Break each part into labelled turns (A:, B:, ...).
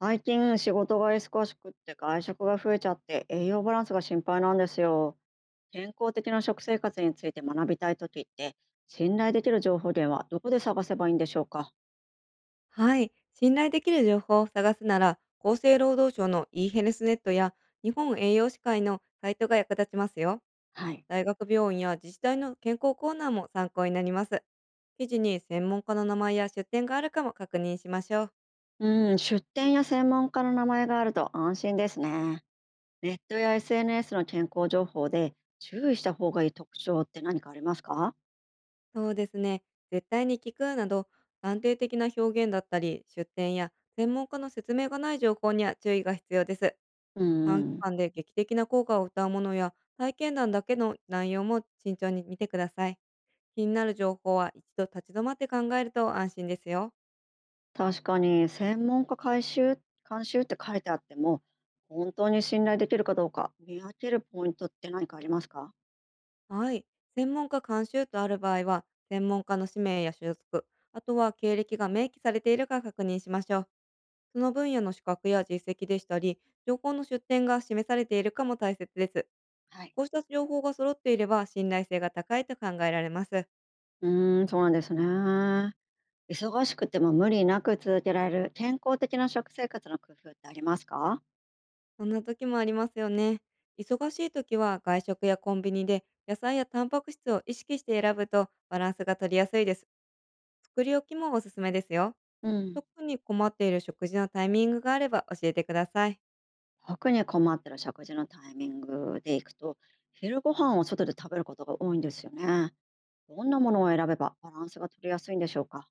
A: 最近仕事が忙しくって外食が増えちゃって栄養バランスが心配なんですよ。健康的な食生活について学びたい時って信頼できる情報源はどこで探せばいいんでしょうか？
B: はい。信頼できる情報を探すなら、厚生労働省の e ヘルスネットや日本栄養士会のサイトが役立ちますよ。
A: はい。
B: 大学病院や自治体の健康コーナーも参考になります。記事に専門家の名前や出典があるかも確認しましょう。
A: うん、出店や専門家の名前があると安心ですね。ネットや SNS の健康情報で注意した方がいい特徴って何かありますか？
B: そうですね。絶対に聞くなど、断定的な表現だったり、出典や専門家の説明がない情報には注意が必要です。
A: うん
B: 短
A: う
B: 期
A: ん。
B: 間で劇的な効果を謳うものや体験談だけの内容も慎重に見てください。気になる情報は一度立ち止まって考えると安心ですよ。
A: 確かに、専門家監修って書いてあっても、本当に信頼できるかどうか見分けるポイントって何かありますか？
B: はい。専門家監修とある場合は、専門家の氏名や所属、あとは経歴が明記されているか確認しましょう。その分野の資格や実績でしたり、情報の出典が示されているかも大切です。
A: はい。
B: こうした情報が揃っていれば信頼性が高いと考えられます。
A: うーん、そうなんですね。忙しくても無理なく続けられる健康的な食生活の工夫ってありますか？
B: そんな時もありますよね。忙しい時は外食やコンビニで野菜やタンパク質を意識して選ぶとバランスが取りやすいです。作り置きもおすすめですよ。
A: うん。
B: 特に困っている食事のタイミングがあれば教えてください。
A: 特に困ってる食事のタイミングでいくと、昼ご飯を外で食べることが多いんですよね。どんなものを選べばバランスが取りやすいんでしょうか？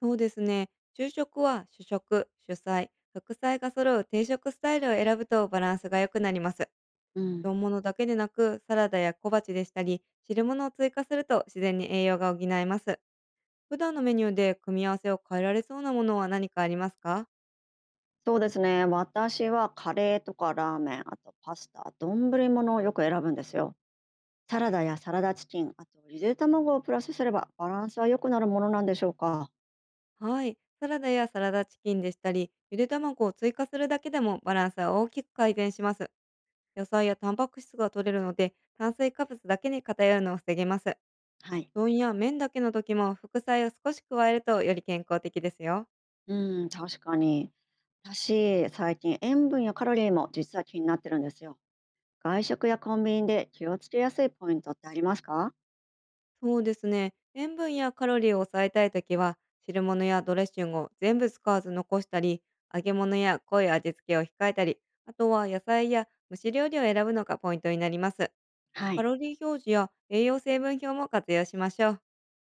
B: そうですね。昼食は主食、主菜、副菜が揃う定食スタイルを選ぶとバランスが良くなります。
A: うん。
B: 丼物だけでなく、サラダや小鉢でしたり、汁物を追加すると自然に栄養が補えます。普段のメニューで組み合わせを変えられそうなものは何かありますか？
A: そうですね。私はカレーとかラーメン、あとパスタ、丼物をよく選ぶんですよ。サラダやサラダチキン、あとゆで卵をプラスすればバランスは良くなるものなんでしょうか。
B: はい。サラダやサラダチキンでしたり、ゆで卵を追加するだけでもバランスは大きく改善します。野菜やタンパク質が取れるので、炭水化物だけに偏るのを防げます。
A: はい。
B: 丼どんや麺だけの時も副菜を少し加えるとより健康的ですよ。
A: うん、確かに。私、最近塩分やカロリーも実は気になってるんですよ。外食やコンビニで気をつけやすいポイントってありますか？
B: そうですね。塩分やカロリーを抑えたい時は、汁物やドレッシングを全部使わず残したり、揚げ物や濃い味付けを控えたり、あとは野菜や蒸し料理を選ぶのがポイントになります。
A: は
B: カ
A: い。
B: ロリー表示や栄養成分表も活用しましょう。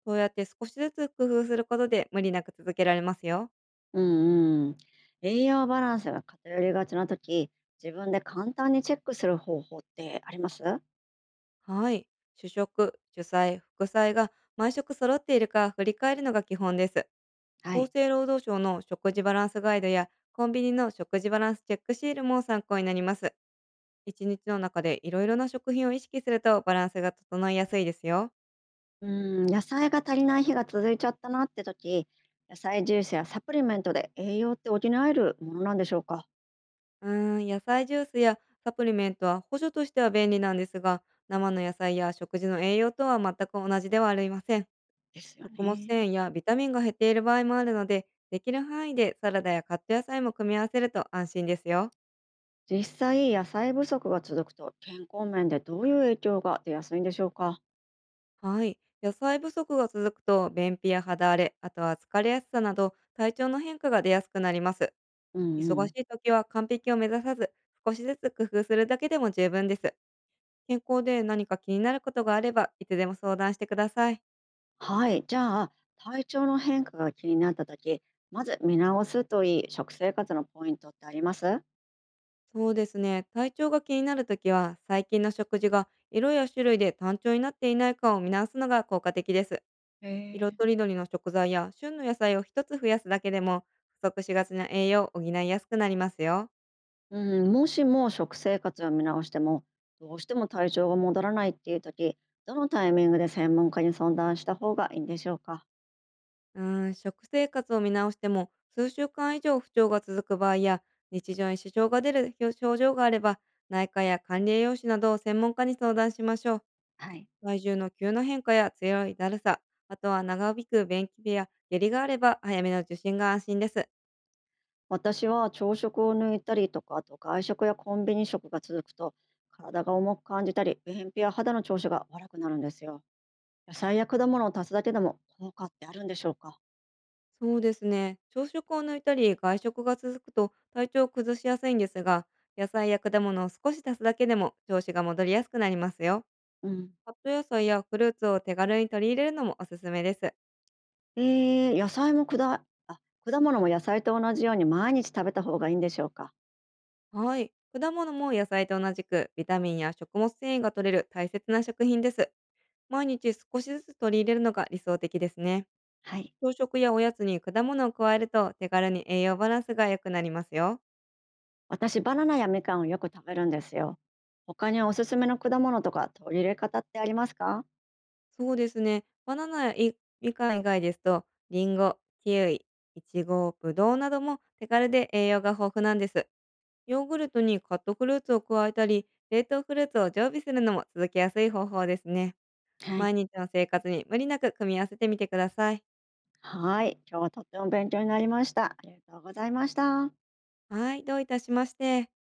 B: そうやって少しずつ工夫することで無理なく続けられますよ。
A: うんうん。栄養バランスが偏りがちな時、自分で簡単にチェックする方法ってあります？
B: はい。主食、主菜、副菜が毎食揃っているか振り返るのが基本です。
A: は
B: 厚
A: い。
B: 生労働省の食事バランスガイドやコンビニの食事バランスチェックシールも参考になります。一日の中でいろいろな食品を意識するとバランスが整いやすいですよ。
A: うーん、野菜が足りない日が続いちゃったなって時、野菜ジュースやサプリメントで栄養って補えるものなんでしょうか？
B: うーん、野菜ジュースやサプリメントは補助としては便利なんですが、生の野菜や食事の栄養とは全く同じではありません。
A: ですよ
B: 食物
A: ね。
B: 繊維やビタミンが減っている場合もあるので、できる範囲でサラダやカット野菜も組み合わせると安心ですよ。
A: 実際、野菜不足が続くと健康面でどういう影響が出やすいんでしょうか？
B: はい。野菜不足が続くと、便秘や肌荒れ、あとは疲れやすさなど、体調の変化が出やすくなります。
A: うんう
B: 忙し
A: ん。
B: い時は完璧を目指さず、少しずつ工夫するだけでも十分です。健康で何か気になることがあれば、いつでも相談してください。
A: はい、じゃあ、体調の変化が気になった時、まず見直すといい食生活のポイントってあります？
B: そうですね。体調が気になるときは、最近の食事が色や種類で単調になっていないかを見直すのが効果的です。
A: へ
B: 色
A: え。
B: とりどりの食材や旬の野菜を一つ増やすだけでも不足しがちな栄養を補いやすくなりますよ。
A: うん、もしも食生活を見直してもどうしても体調が戻らないっていう時、どのタイミングで専門家に相談した方がいいんでしょうか？
B: うーん、食生活を見直しても数週間以上不調が続く場合や、日常に支障が出る表症状があれば、内科や管理栄養士などを専門家に相談しましょう。
A: はい。
B: 体重の急な変化や強いだるさ、あとは長引く便秘や下痢があれば早めの受診が安心です。
A: 私は朝食を抜いたりとかあと外食やコンビニ食が続くと体が重く感じたり便秘や肌の調子が悪くなるんですよ。野菜や果物を足すだけでも効果ってあるんでしょうか？
B: そうですね。朝食を抜いたり外食が続くと体調を崩しやすいんですが、野菜や果物を少し足すだけでも調子が戻りやすくなりますよ。
A: うん。
B: カット野菜やフルーツを手軽に取り入れるのもおすすめです。
A: 野菜も果物も野菜と同じように毎日食べた方がいいんでしょうか？
B: はい。果物も野菜と同じくビタミンや食物繊維が取れる大切な食品です。毎日少しずつ取り入れるのが理想的ですね。
A: はい。
B: 朝食やおやつに果物を加えると手軽に栄養バランスが良くなりますよ。
A: 私、バナナやみかんをよく食べるんですよ。他におすすめの果物とか取り入れ方ってありますか？
B: そうですね。バナナやいみかん以外ですと、リンゴ、キウイ、イチゴ、ブドウなども手軽で栄養が豊富なんです。ヨーグルトにカットフルーツを加えたり、冷凍フルーツを常備するのも続けやすい方法ですね。
A: はい。
B: 毎日の生活に無理なく組み合わせてみてください。
A: はい。今日はとっても勉強になりました。ありがとうございました。
B: はい、どういたしまして。